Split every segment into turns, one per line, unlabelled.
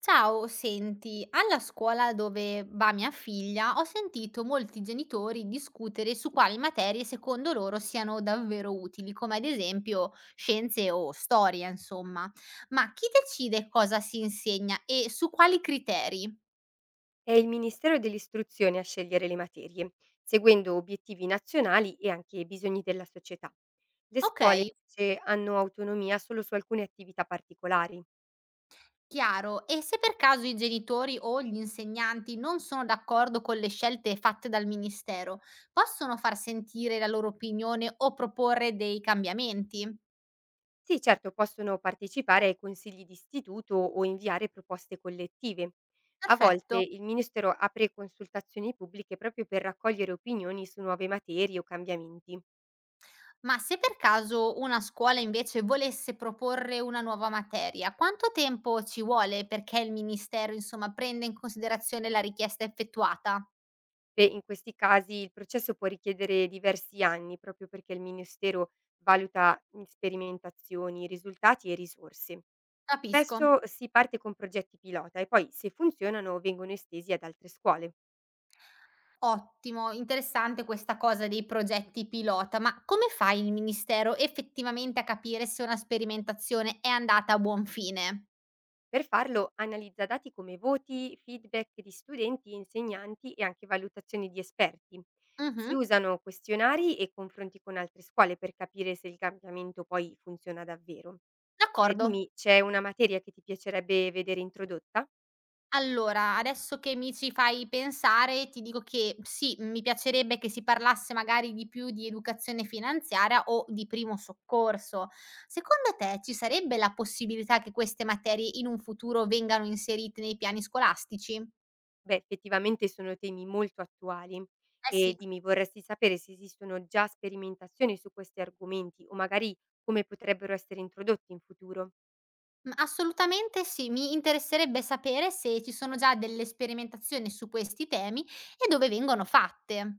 Ciao, senti, alla scuola dove va mia figlia ho sentito molti genitori discutere su quali materie secondo loro siano davvero utili, come ad esempio scienze o storia, insomma. Ma chi decide cosa si insegna e su quali criteri?
È il Ministero dell'Istruzione a scegliere le materie, seguendo obiettivi nazionali e anche i bisogni della società. Le
Ok,
scuole invece hanno autonomia solo su alcune attività particolari.
chiaro. E se per caso i genitori o gli insegnanti non sono d'accordo con le scelte fatte dal ministero, possono far sentire la loro opinione o proporre dei cambiamenti?
Sì, certo, possono partecipare ai consigli di istituto o inviare proposte collettive. A volte
Perfetto.
il Ministero apre consultazioni pubbliche proprio per raccogliere opinioni su nuove materie o cambiamenti.
Ma se per caso una scuola invece volesse proporre una nuova materia, quanto tempo ci vuole perché il ministero, insomma, prenda in considerazione la richiesta effettuata?
Beh, in questi casi il processo può richiedere diversi anni, proprio perché il Ministero valuta sperimentazioni, risultati e risorse.
Capisco.
Spesso si parte con progetti pilota e poi, se funzionano, vengono estesi ad altre scuole.
Ottimo, interessante questa cosa dei progetti pilota, ma come fa il ministero effettivamente a capire se una sperimentazione è andata a buon fine?
Per farlo analizza dati come voti, feedback di studenti e insegnanti e anche valutazioni di esperti. Si
Mhm,
usano questionari e confronti con altre scuole per capire se il cambiamento poi funziona davvero.
d'accordo.
Dimmi, c'è una materia che ti piacerebbe vedere introdotta?
Allora, adesso che mi ci fai pensare, ti dico che sì, mi piacerebbe che si parlasse magari di più di educazione finanziaria o di primo soccorso. Secondo te ci sarebbe la possibilità che queste materie in un futuro vengano inserite nei piani scolastici?
Beh, effettivamente sono temi molto attuali.
Eh
E
sì.
dimmi, vorresti sapere se esistono già sperimentazioni su questi argomenti o magari come potrebbero essere introdotti in futuro?
Assolutamente sì, mi interesserebbe sapere se ci sono già delle sperimentazioni su questi temi e dove vengono fatte.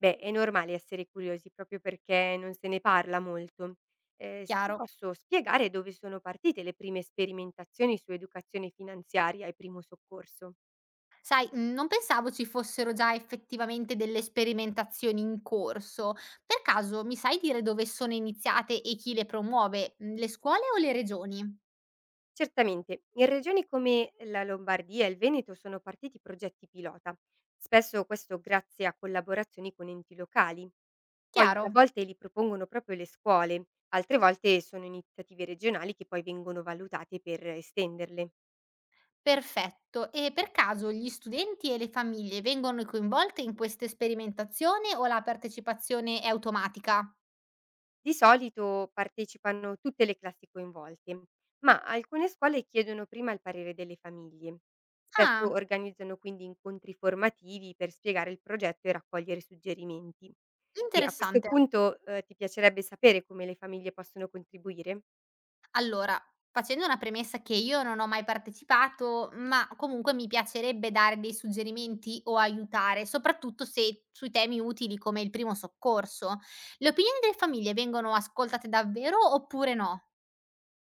Beh, è normale essere curiosi proprio perché non se ne parla molto. Ti
Chiaro.
posso spiegare dove sono partite le prime sperimentazioni su educazione finanziaria e primo soccorso?
Sai, non pensavo ci fossero già effettivamente delle sperimentazioni in corso. Per caso mi sai dire dove sono iniziate e chi le promuove? Mhmm, le scuole o le regioni?
Certamente, in regioni come la Lombardia e il Veneto sono partiti progetti pilota, spesso questo grazie a collaborazioni con enti locali. Poi a
Chiaro?
volte li propongono proprio le scuole, altre volte sono iniziative regionali che poi vengono valutate per estenderle.
Perfetto. E per caso gli studenti e le famiglie vengono coinvolte in queste sperimentazioni o la partecipazione è automatica?
Di solito partecipano tutte le classi coinvolte, ma alcune scuole chiedono prima il parere delle famiglie. Spesso
Ah,
organizzano quindi incontri formativi per spiegare il progetto e raccogliere suggerimenti. E a questo
interessante.
punto ti piacerebbe sapere come le famiglie possono contribuire?
Allora, facendo una premessa che io non ho mai partecipato, ma comunque mi piacerebbe dare dei suggerimenti o aiutare, soprattutto se sui temi utili come il primo soccorso. Le opinioni delle famiglie vengono ascoltate davvero oppure no?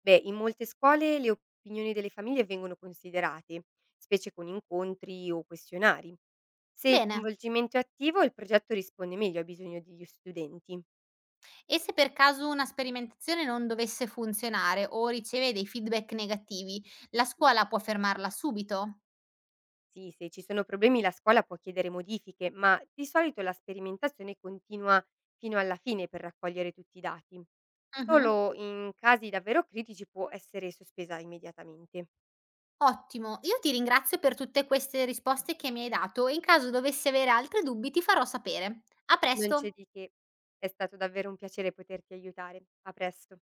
Beh, in molte scuole le opinioni delle famiglie vengono considerate, specie con incontri o questionari. Se il
Bene.
coinvolgimento è attivo, il progetto risponde meglio ai bisogni degli studenti.
E se per caso una sperimentazione non dovesse funzionare o riceve dei feedback negativi, la scuola può fermarla subito?
Sì, se ci sono problemi la scuola può chiedere modifiche, ma di solito la sperimentazione continua fino alla fine per raccogliere tutti i dati.
Mhm.
Solo in casi davvero critici può essere sospesa immediatamente.
Ottimo, io ti ringrazio per tutte queste risposte che mi hai dato e in caso dovessi avere altri dubbi ti farò sapere. A
Non c'è
presto!
di che. È stato davvero un piacere poterti aiutare. A presto.